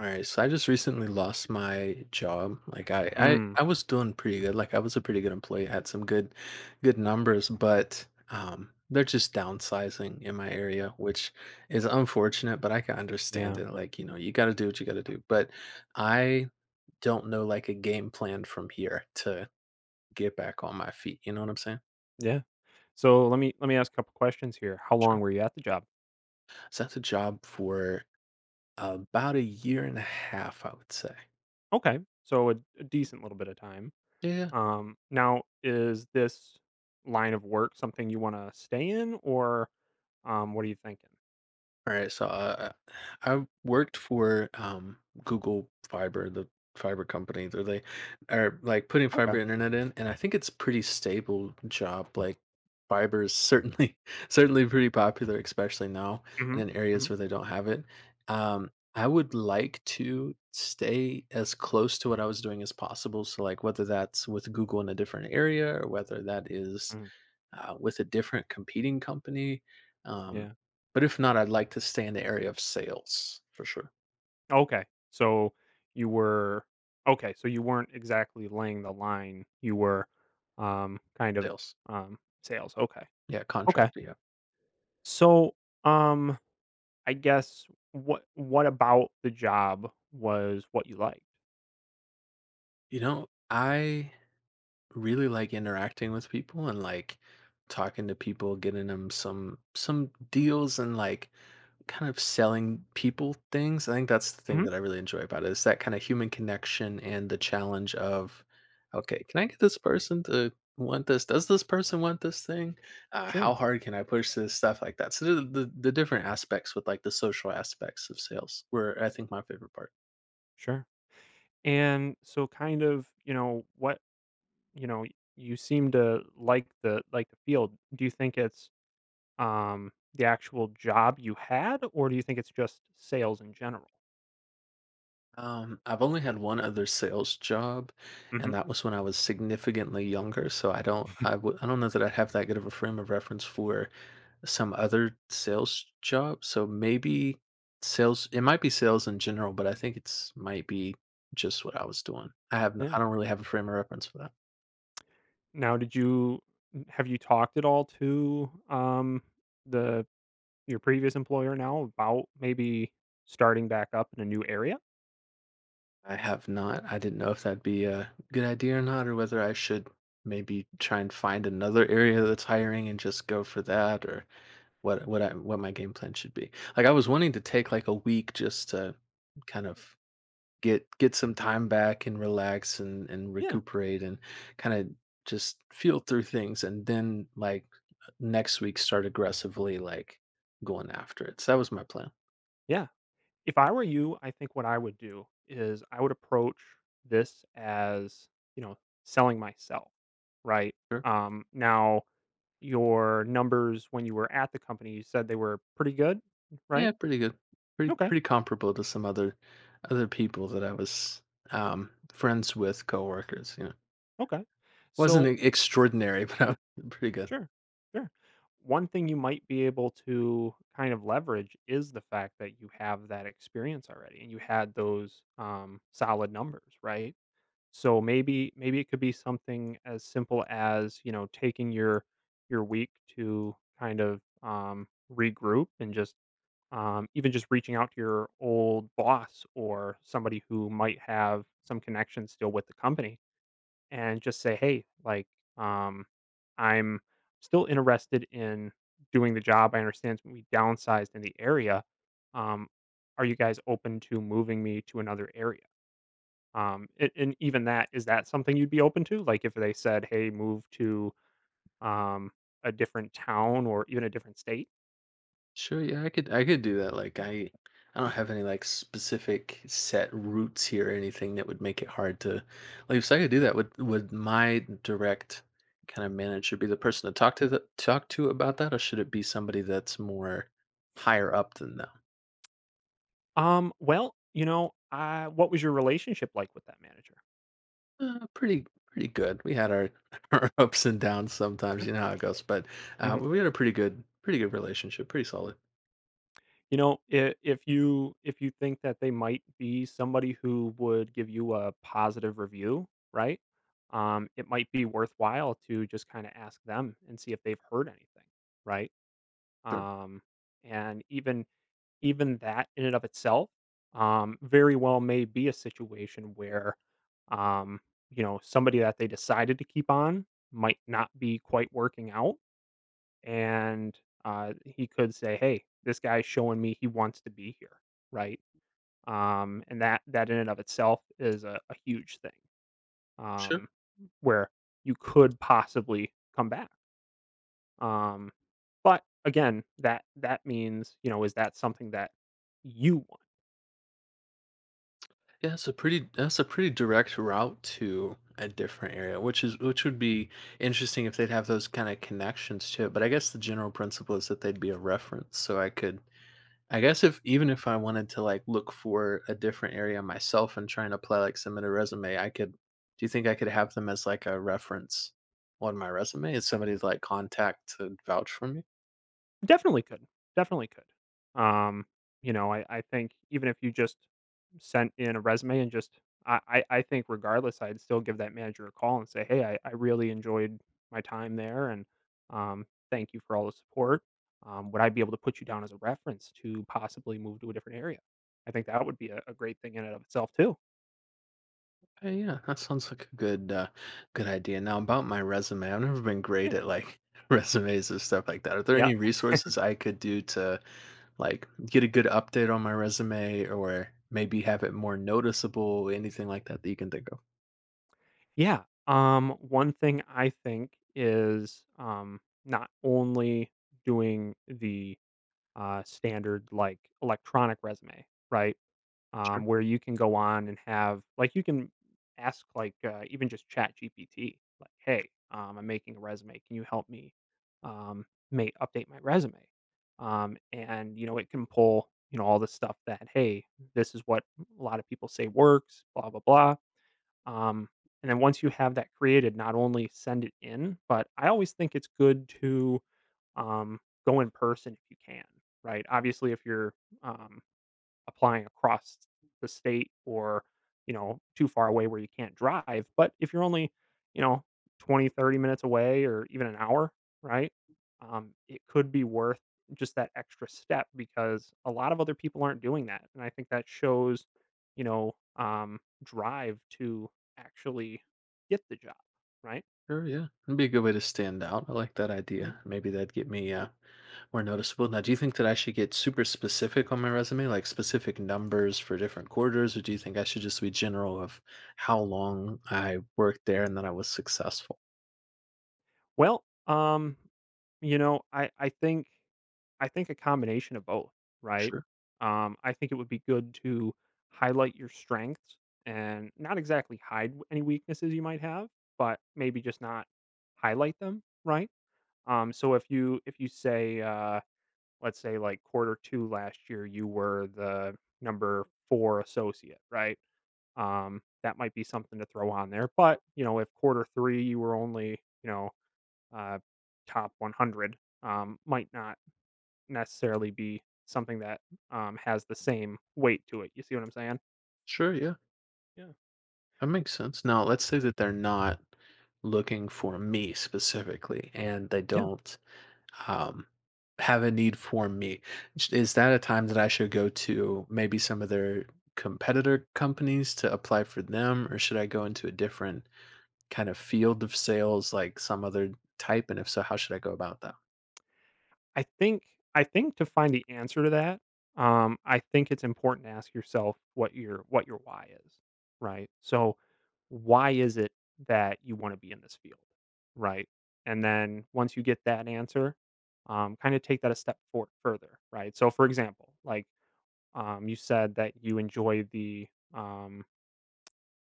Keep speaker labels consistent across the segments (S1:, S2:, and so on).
S1: All right, so I just recently lost my job. Mhm. I,
S2: Mm,
S1: I was doing pretty good. Like I was a pretty good employee. I had some good numbers, but they're just downsizing in my area, which is unfortunate. But I can understand
S2: yeah,
S1: it. Like you know, you got to do what you got to do. But I don't know like a game plan from here to get back on my feet. You know what I'm saying?
S2: yeah. So let me ask a couple questions here. How
S1: Sure.
S2: long were you at the job?
S1: So that's a job for about a year and a half, I would say.
S2: Okay, so a decent little bit of time.
S1: Yeah.
S2: Now is this line of work something you want to stay in, or what are you thinking?
S1: All right, so I worked for Google Fiber, the fiber company. They are like putting fiber
S2: Okay.
S1: internet in, and I think it's pretty stable job. Like fiber is certainly certainly pretty popular, especially now and
S2: Hmm.
S1: in areas
S2: Hmm.
S1: where they don't have it. I would like to stay as close to what I was doing as possible. So like whether that's with Google in a different area or whether that is
S2: Hmm.
S1: with a different competing company. Um,
S2: Yeah.
S1: but if not, I'd like to stay in the area of sales for sure.
S2: Okay. So you were okay. So you weren't exactly laying the line. You were kind of
S1: Sales.
S2: um, sales. Okay.
S1: Yeah,
S2: Okay.
S1: contractor. Yeah.
S2: So um I guess what about the job was what you liked?
S1: You know, I really like interacting with people and like talking to people, getting them some deals and like kind of selling people things. I think that's the thing
S2: Mhm.
S1: that I really enjoy about it is that kind of human connection and the challenge of, okay, can I get this person to want this? Does this person want this thing? How
S2: Sure.
S1: hard can I push this stuff like that? So the different aspects with like the social aspects of sales were I think my favorite part.
S2: Sure. And so kind of, you know, what, you know, you seem to like the field. Do you think it's the actual job you had, or do you think it's just sales in general?
S1: I've only had one other sales job, and
S2: Mhm.
S1: that was when I was significantly younger. So I don't know that I have that good of a frame of reference for some other sales job. So maybe sales, it might be sales in general, but I think it's might be just what I was doing. I
S2: Yeah.
S1: don't really have a frame of reference for that.
S2: Now, did you have you talked at all to the your previous employer now about maybe starting back up in a new area?
S1: I have not. I didn't know if that'd be a good idea or not, or whether I should maybe try and find another area that's hiring and just go for that, or what my game plan should be. Like I was wanting to take like a week just to kind of get some time back and relax and
S2: Yeah.
S1: recuperate and kind of just feel through things and then like next week start aggressively like going after it. So that was my plan.
S2: Yeah. If I were you, I think what I would do is I would approach this as, you know, selling myself, right?
S1: Sure.
S2: Now, your numbers when you were at the company, you said they were pretty good, right?
S1: Yeah, pretty good.
S2: Okay,
S1: Pretty comparable to some other people that I was friends with coworkers, you know.
S2: okay.
S1: Wasn't
S2: So,
S1: extraordinary, but I was pretty good.
S2: sure, sure. One thing you might be able to kind of leverage is the fact that you have that experience already, and you had those solid numbers, right? So maybe it could be something as simple as, you know, taking your week to kind of regroup, and just even just reaching out to your old boss or somebody who might have some connection still with the company, and just say, hey, like um, I'm still interested in doing the job. I understand we downsized in the area. Um, are you guys open to moving me to another area? And even that, is that something you'd be open to? Like if they said, "Hey, move to um, a different town or even a different state."
S1: Sure, yeah, I could do that. I don't have any like specific set routes here or anything that would make it hard to leave. So I could do that. Would my direct kind of manager be the person to talk to about that, or should it be somebody that's more higher up than them?
S2: Well, you know, what was your relationship like with that manager?
S1: Pretty good. We had our ups and downs sometimes,
S2: Sure.
S1: you know how it goes. But
S2: Hmm.
S1: we had a pretty good relationship, pretty solid.
S2: You know, if you if you think that they might be somebody who would give you a positive review, right? It might be worthwhile to just kind of ask them and see if they've heard anything, right?
S1: Sure,
S2: Um, and even even that in and of itself very well may be a situation where um, you know somebody that they decided to keep on might not be quite working out, and he could say, hey, this guy's showing me he wants to be here, right, and that that in and of itself is a huge thing,
S1: sure.
S2: um, where you could possibly come back, um, but again that that means, you know, is that something that you want?
S1: Yeah, that's a pretty direct route to a different area, which would be interesting if they'd have those kind of connections to it. But I guess the general principle is that they'd be a reference. So I guess if even if I wanted to like look for a different area myself and trying to apply like submit a resume, I could do you think I could have them as like a reference on my resume? As somebody's like contact to vouch for me?
S2: Definitely could. Definitely could. You know, I think even if you just sent in a resume and just I think regardless, I'd still give that manager a call and say, "Hey, I really enjoyed my time there, and thank you for all the support. Would I be able to put you down as a reference to possibly move to a different area?" I think that would be a great thing in and of itself too.
S1: Yeah, that sounds like a good idea. Now about my resume, I've never been great
S2: Yeah.
S1: at like resumes and stuff like that. Are there
S2: Yeah.
S1: any resources I could do to like get a good update on my resume or maybe have it more noticeable, anything like that that you can think of?
S2: Yeah. One thing I think is not only doing the standard like electronic resume, right?
S1: Sure.
S2: Where you can go on and have like you can ask like even just Chat GPT, like, hey, I'm making a resume. Can you help me um, may update my resume? And you know it can pull you know all the stuff that, hey, this is what a lot of people say works, blah blah blah. Um, and then once you have that created, not only send it in, but I always think it's good to um, go in person if you can, right? Obviously, if you're um, applying across the state, or you know too far away where you can't drive, but if you're only you know 20, 30 minutes away, or even an hour, right? It could be worth just that extra step, because a lot of other people aren't doing that, and I think that shows you know drive to actually get the job, right?
S1: Sure, yeah. It'd be a good way to stand out. I like that idea.
S2: Mhm.
S1: Maybe that'd get me more noticeable. Now, do you think that I should get super specific on my resume, like specific numbers for different quarters, or do you think I should just be general of how long I worked there and that I was successful?
S2: Well, you know, I think I think a combination of both, right?
S1: Sure.
S2: I think it would be good to highlight your strengths and not exactly hide any weaknesses you might have, but maybe just not highlight them, right? So if you say, let's say like quarter two last year, you were the number four associate, right? That might be something to throw on there. But you know, if quarter three you were only you know uh, top 100, might not necessarily be something that, has the same weight to it. You see what I'm saying?
S1: Sure. Yeah.
S2: Yeah.
S1: That makes sense. Now, let's say that they're not looking for me specifically and they
S2: Yeah.
S1: don't um, have a need for me. Is that a time that I should go to maybe some of their competitor companies to apply for them, or should I go into a different kind of field of sales like some other type? And if so, how should I go about that?
S2: I think I think to find the answer to that, I think it's important to ask yourself what your why is, right? So, why is it that you wanna be in this field, right? And then once you get that answer, kinda take that a step for further, right? So, for example, like, you said that you enjoy the, um,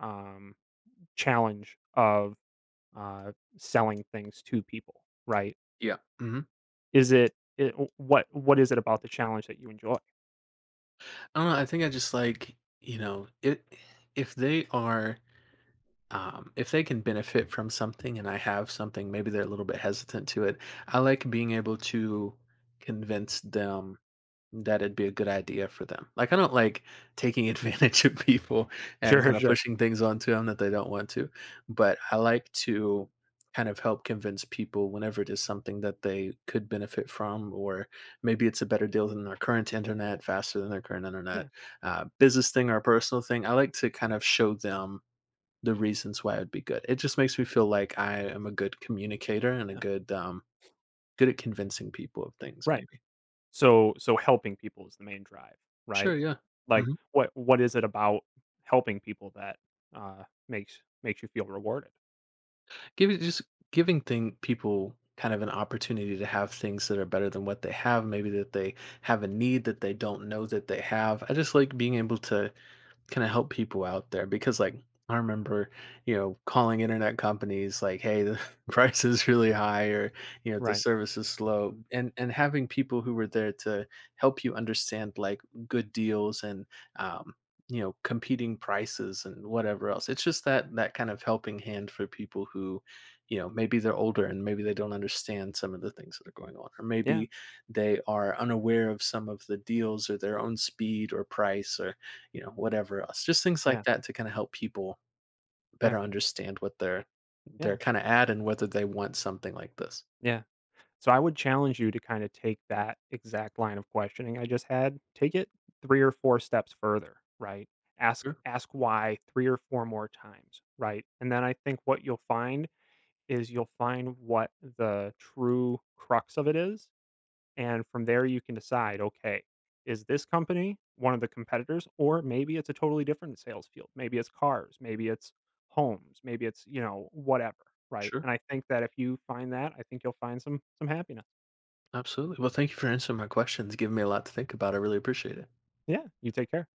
S2: um, challenge of selling things to people, right?
S1: Yeah. Mhm.
S2: Is it, what is it about the challenge that you enjoy?
S1: I don't know, I think I just like, you know, it if they are if they can benefit from something and I have something, maybe they're a little bit hesitant to it. I like being able to convince them that it'd be a good idea for them. Like, I don't like taking advantage of people and
S2: Sure,
S1: kinda
S2: sure.
S1: pushing things onto them that they don't want to, but I like to kind of help convince people whenever it is something that they could benefit from, or maybe it's a better deal than their current internet, faster than their current internet,
S2: Yeah,
S1: business thing or a personal thing. I like to kind of show them the reasons why it'd be good. It just makes me feel like I am a good communicator and a
S2: yeah.
S1: good at convincing people of things
S2: Right.
S1: maybe.
S2: So so helping people is the main drive, right?
S1: Sure, yeah.
S2: Like
S1: Mhm.
S2: what is it about helping people that makes makes you feel rewarded?
S1: give it just Giving thing people kind of an opportunity to have things that are better than what they have, maybe that they have a need that they don't know that they have. I just like being able to kind of help people out there because like I remember, you know, calling internet companies like, "Hey, the price is really high," or you know, "The
S2: Right.
S1: service is slow," and having people who were there to help you understand like good deals and um, you know, competing prices and whatever else. It's just that kind of helping hand for people who, you know, maybe they're older and maybe they don't understand some of the things that are going on, or
S2: Yeah.
S1: maybe they are unaware of some of the deals or their own speed or price or you know, whatever else. Just things like
S2: Yeah.
S1: that to kinda help people
S2: Yeah.
S1: better understand what they're
S2: Yeah.
S1: kinda at and whether they want something like this.
S2: Yeah. So I would challenge you to kind of take that exact line of questioning I just had, take it 3 or 4 steps further, right? Ask
S1: Sure,
S2: ask why 3 or 4 more times, right? And then I think what you'll find is you'll find what the true crux of it is, and from there you can decide, okay, is this company one of the competitors, or maybe it's a totally different sales field. Maybe it's cars, maybe it's homes, maybe it's, you know, whatever, right?
S1: sure.
S2: And I think that if you find that, I think you'll find some happiness.
S1: Absolutely. Well, thank you for answering my questions, giving me a lot to think about. I really appreciate it.
S2: Yeah. You take care.